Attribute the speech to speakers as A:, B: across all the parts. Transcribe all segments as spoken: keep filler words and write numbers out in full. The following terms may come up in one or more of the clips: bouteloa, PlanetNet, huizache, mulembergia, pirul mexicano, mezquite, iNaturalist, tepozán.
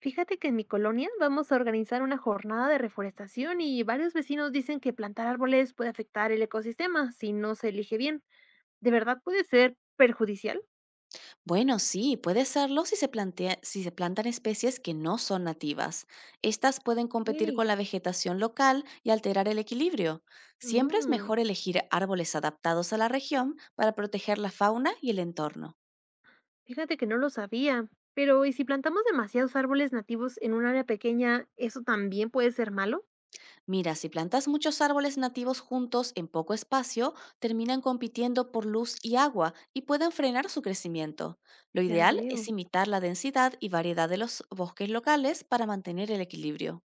A: Fíjate que en mi colonia vamos a organizar una jornada de reforestación y varios vecinos dicen que plantar árboles puede afectar el ecosistema si no se elige bien. ¿De verdad puede ser perjudicial?
B: Bueno, sí, puede serlo si se plantea- si se plantan especies que no son nativas. Estas pueden
A: Ok.
B: competir con la vegetación local y alterar el equilibrio. Siempre es
A: mm,
B: mejor elegir árboles adaptados a la región para proteger la fauna y el entorno.
A: Fíjate que no lo sabía. Pero, ¿y si plantamos demasiados árboles nativos en un área pequeña, eso también puede ser malo?
B: Mira, si plantas muchos árboles nativos juntos en poco espacio, terminan compitiendo por luz y agua y pueden frenar su crecimiento. Lo
A: Ya
B: ideal es
A: veo.
B: imitar la densidad y variedad de los bosques locales para mantener el equilibrio.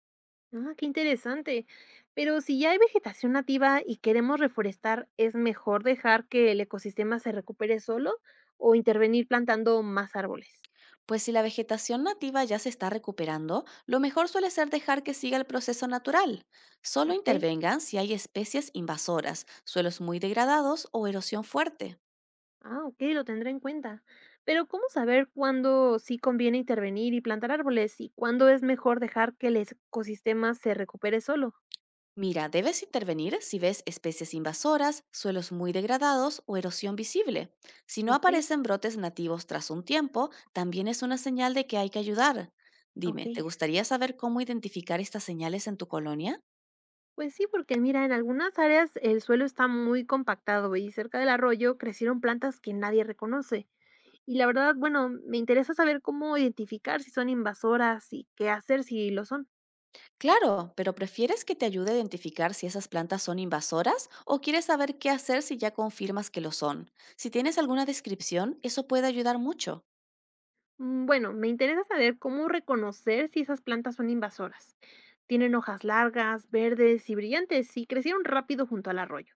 A: Ah, qué interesante. Pero si ya hay vegetación nativa y queremos reforestar, ¿es mejor dejar que el ecosistema se recupere solo o intervenir plantando más árboles?
B: Pues si la vegetación nativa ya se está recuperando, lo mejor suele ser dejar que siga el proceso natural. Solo
A: Ok,
B: intervengan si hay especies invasoras, suelos muy degradados o erosión fuerte.
A: ah, ok, lo tendré en cuenta. Pero ¿cómo saber cuándo sí conviene intervenir y plantar árboles y cuándo es mejor dejar que el ecosistema se recupere solo?
B: Mira, debes intervenir si ves especies invasoras, suelos muy degradados o erosión visible. Si no
A: Ok,
B: aparecen brotes nativos tras un tiempo, también es una señal de que hay que ayudar.
A: ok.
B: Dime, ¿te gustaría saber cómo identificar estas señales en tu colonia?
A: Pues sí, porque mira, en algunas áreas el suelo está muy compactado y cerca del arroyo crecieron plantas que nadie reconoce. Y la verdad, bueno, me interesa saber cómo identificar si son invasoras y qué hacer si lo son.
B: Claro, pero ¿prefieres que te ayude a identificar si esas plantas son invasoras o quieres saber qué hacer si ya confirmas que lo son? Si tienes alguna descripción, eso puede ayudar mucho.
A: Mm, Bueno, me interesa saber cómo reconocer si esas plantas son invasoras. Tienen hojas largas, verdes y brillantes y crecieron rápido junto al arroyo.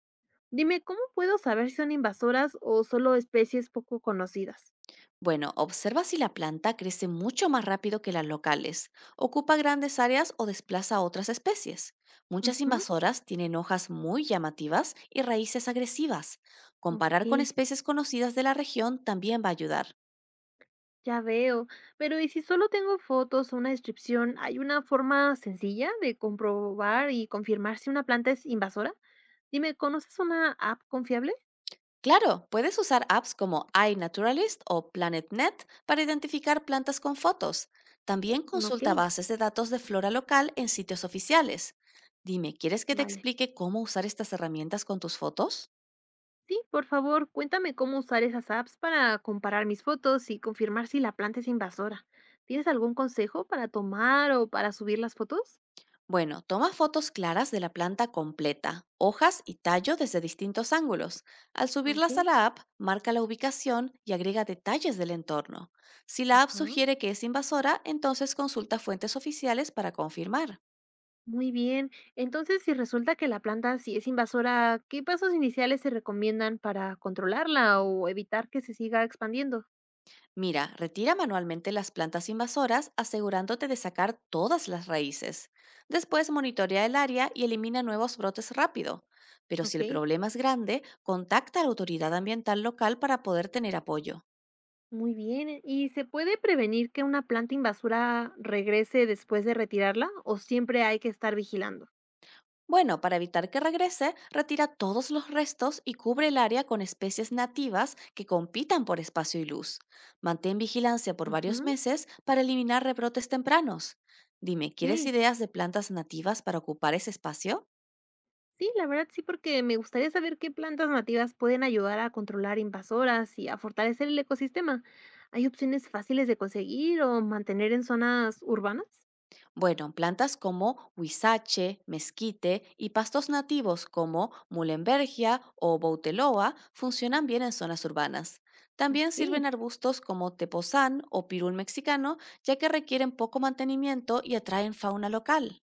A: Dime, ¿cómo puedo saber si son invasoras o solo especies poco conocidas?
B: Bueno, observa si la planta crece mucho más rápido que las locales, ocupa grandes áreas o desplaza a otras especies. Muchas
A: Ujú,
B: invasoras tienen hojas muy llamativas y raíces agresivas.
A: ok.
B: Comparar con especies conocidas de la región también va a ayudar.
A: Ya veo, pero ¿y si solo tengo fotos o una descripción, hay una forma sencilla de comprobar y confirmar si una planta es invasora? Dime, ¿conoces una app confiable?
B: Claro, puedes usar apps como iNaturalist o PlanetNet para identificar plantas con fotos. También
A: Ok,
B: consulta bases de datos de flora local en sitios oficiales. Dime, ¿quieres que te
A: vale.
B: explique cómo usar estas herramientas con tus fotos?
A: Sí, por favor, cuéntame cómo usar esas apps para comparar mis fotos y confirmar si la planta es invasora. ¿Tienes algún consejo para tomar o para subir las fotos?
B: Bueno, toma fotos claras de la planta completa, hojas y tallo desde distintos ángulos. Al
A: Ok,
B: subirlas a la app, marca la ubicación y agrega detalles del entorno. Si la app
A: ajá.
B: sugiere que es invasora, entonces consulta fuentes oficiales para confirmar.
A: Muy bien. Entonces, si resulta que la planta sí es invasora, ¿qué pasos iniciales se recomiendan para controlarla o evitar que se siga expandiendo?
B: Mira, retira manualmente las plantas invasoras asegurándote de sacar todas las raíces. Después monitorea el área y elimina nuevos brotes rápido. Pero si
A: Ok,
B: el problema es grande, contacta a la autoridad ambiental local para poder tener apoyo.
A: muy bien. ¿Y se puede prevenir que una planta invasora regrese después de retirarla o siempre hay que estar vigilando?
B: Bueno, para evitar que regrese, retira todos los restos y cubre el área con especies nativas que compitan por espacio y luz. Mantén vigilancia por varios
A: Ujú.
B: meses para eliminar rebrotes tempranos. Dime, ¿quieres
A: Ok,
B: ideas de plantas nativas para ocupar ese espacio?
A: sí, la verdad sí, porque me gustaría saber qué plantas nativas pueden ayudar a controlar invasoras y a fortalecer el ecosistema. ¿Hay opciones fáciles de conseguir o mantener en zonas urbanas?
B: Bueno, plantas como huizache, mezquite y pastos nativos como mulembergia o bouteloa funcionan bien en zonas urbanas. También
A: Ok.
B: sirven arbustos como tepozán o pirul mexicano, ya que requieren poco mantenimiento y atraen fauna local.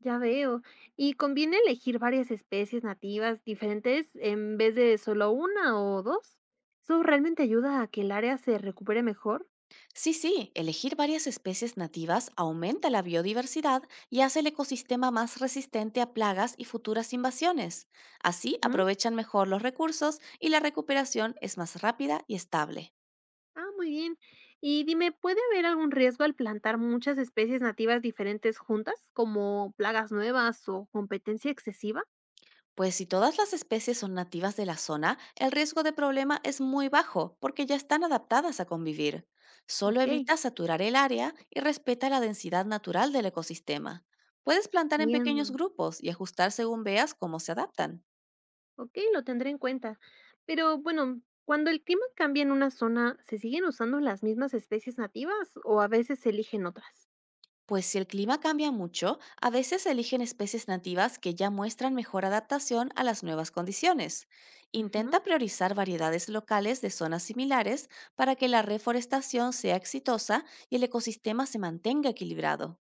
A: Ya veo. ¿Y conviene elegir varias especies nativas diferentes en vez de solo una o dos? ¿Eso realmente ayuda a que el área se recupere mejor?
B: Sí, sí, elegir varias especies nativas aumenta la biodiversidad y hace el ecosistema más resistente a plagas y futuras invasiones. Así
A: ¿Mm?
B: aprovechan mejor los recursos y la recuperación es más rápida y estable.
A: Ah, muy bien. Y dime, ¿puede haber algún riesgo al plantar muchas especies nativas diferentes juntas, como plagas nuevas o competencia excesiva?
B: Pues si todas las especies son nativas de la zona, el riesgo de problema es muy bajo porque ya están adaptadas a convivir. Solo
A: Ok,
B: evita saturar el área y respeta la densidad natural del ecosistema. Puedes plantar en pequeños
A: entiendo.
B: grupos y ajustar según veas cómo se adaptan.
A: Ok, lo tendré en cuenta. Pero bueno, cuando el clima cambia en una zona, ¿se siguen usando las mismas especies nativas o a veces se eligen otras?
B: Pues si el clima cambia mucho, a veces eligen especies nativas que ya muestran mejor adaptación a las nuevas condiciones.
A: Ujú.
B: Intenta priorizar variedades locales de zonas similares para que la reforestación sea exitosa y el ecosistema se mantenga equilibrado.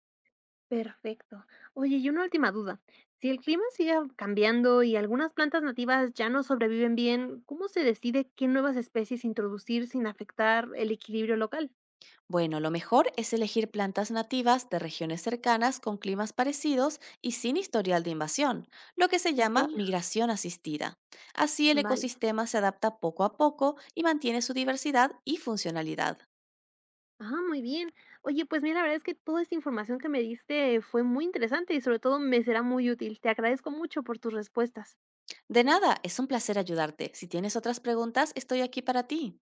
A: Perfecto. Oye, y una última duda. Si el clima sigue cambiando y algunas plantas nativas ya no sobreviven bien, ¿cómo se decide qué nuevas especies introducir sin afectar el equilibrio local?
B: Bueno, lo mejor es elegir plantas nativas de regiones cercanas con climas parecidos y sin historial de invasión, lo que se
A: Ok,
B: llama migración asistida. Así el
A: vale.
B: ecosistema se adapta poco a poco y mantiene su diversidad y funcionalidad.
A: Ah, muy bien. Oye, pues mira, la verdad es que toda esta información que me diste fue muy interesante y sobre todo me será muy útil. Te agradezco mucho por tus respuestas.
B: De nada, es un placer ayudarte. Si tienes otras preguntas, estoy aquí para ti.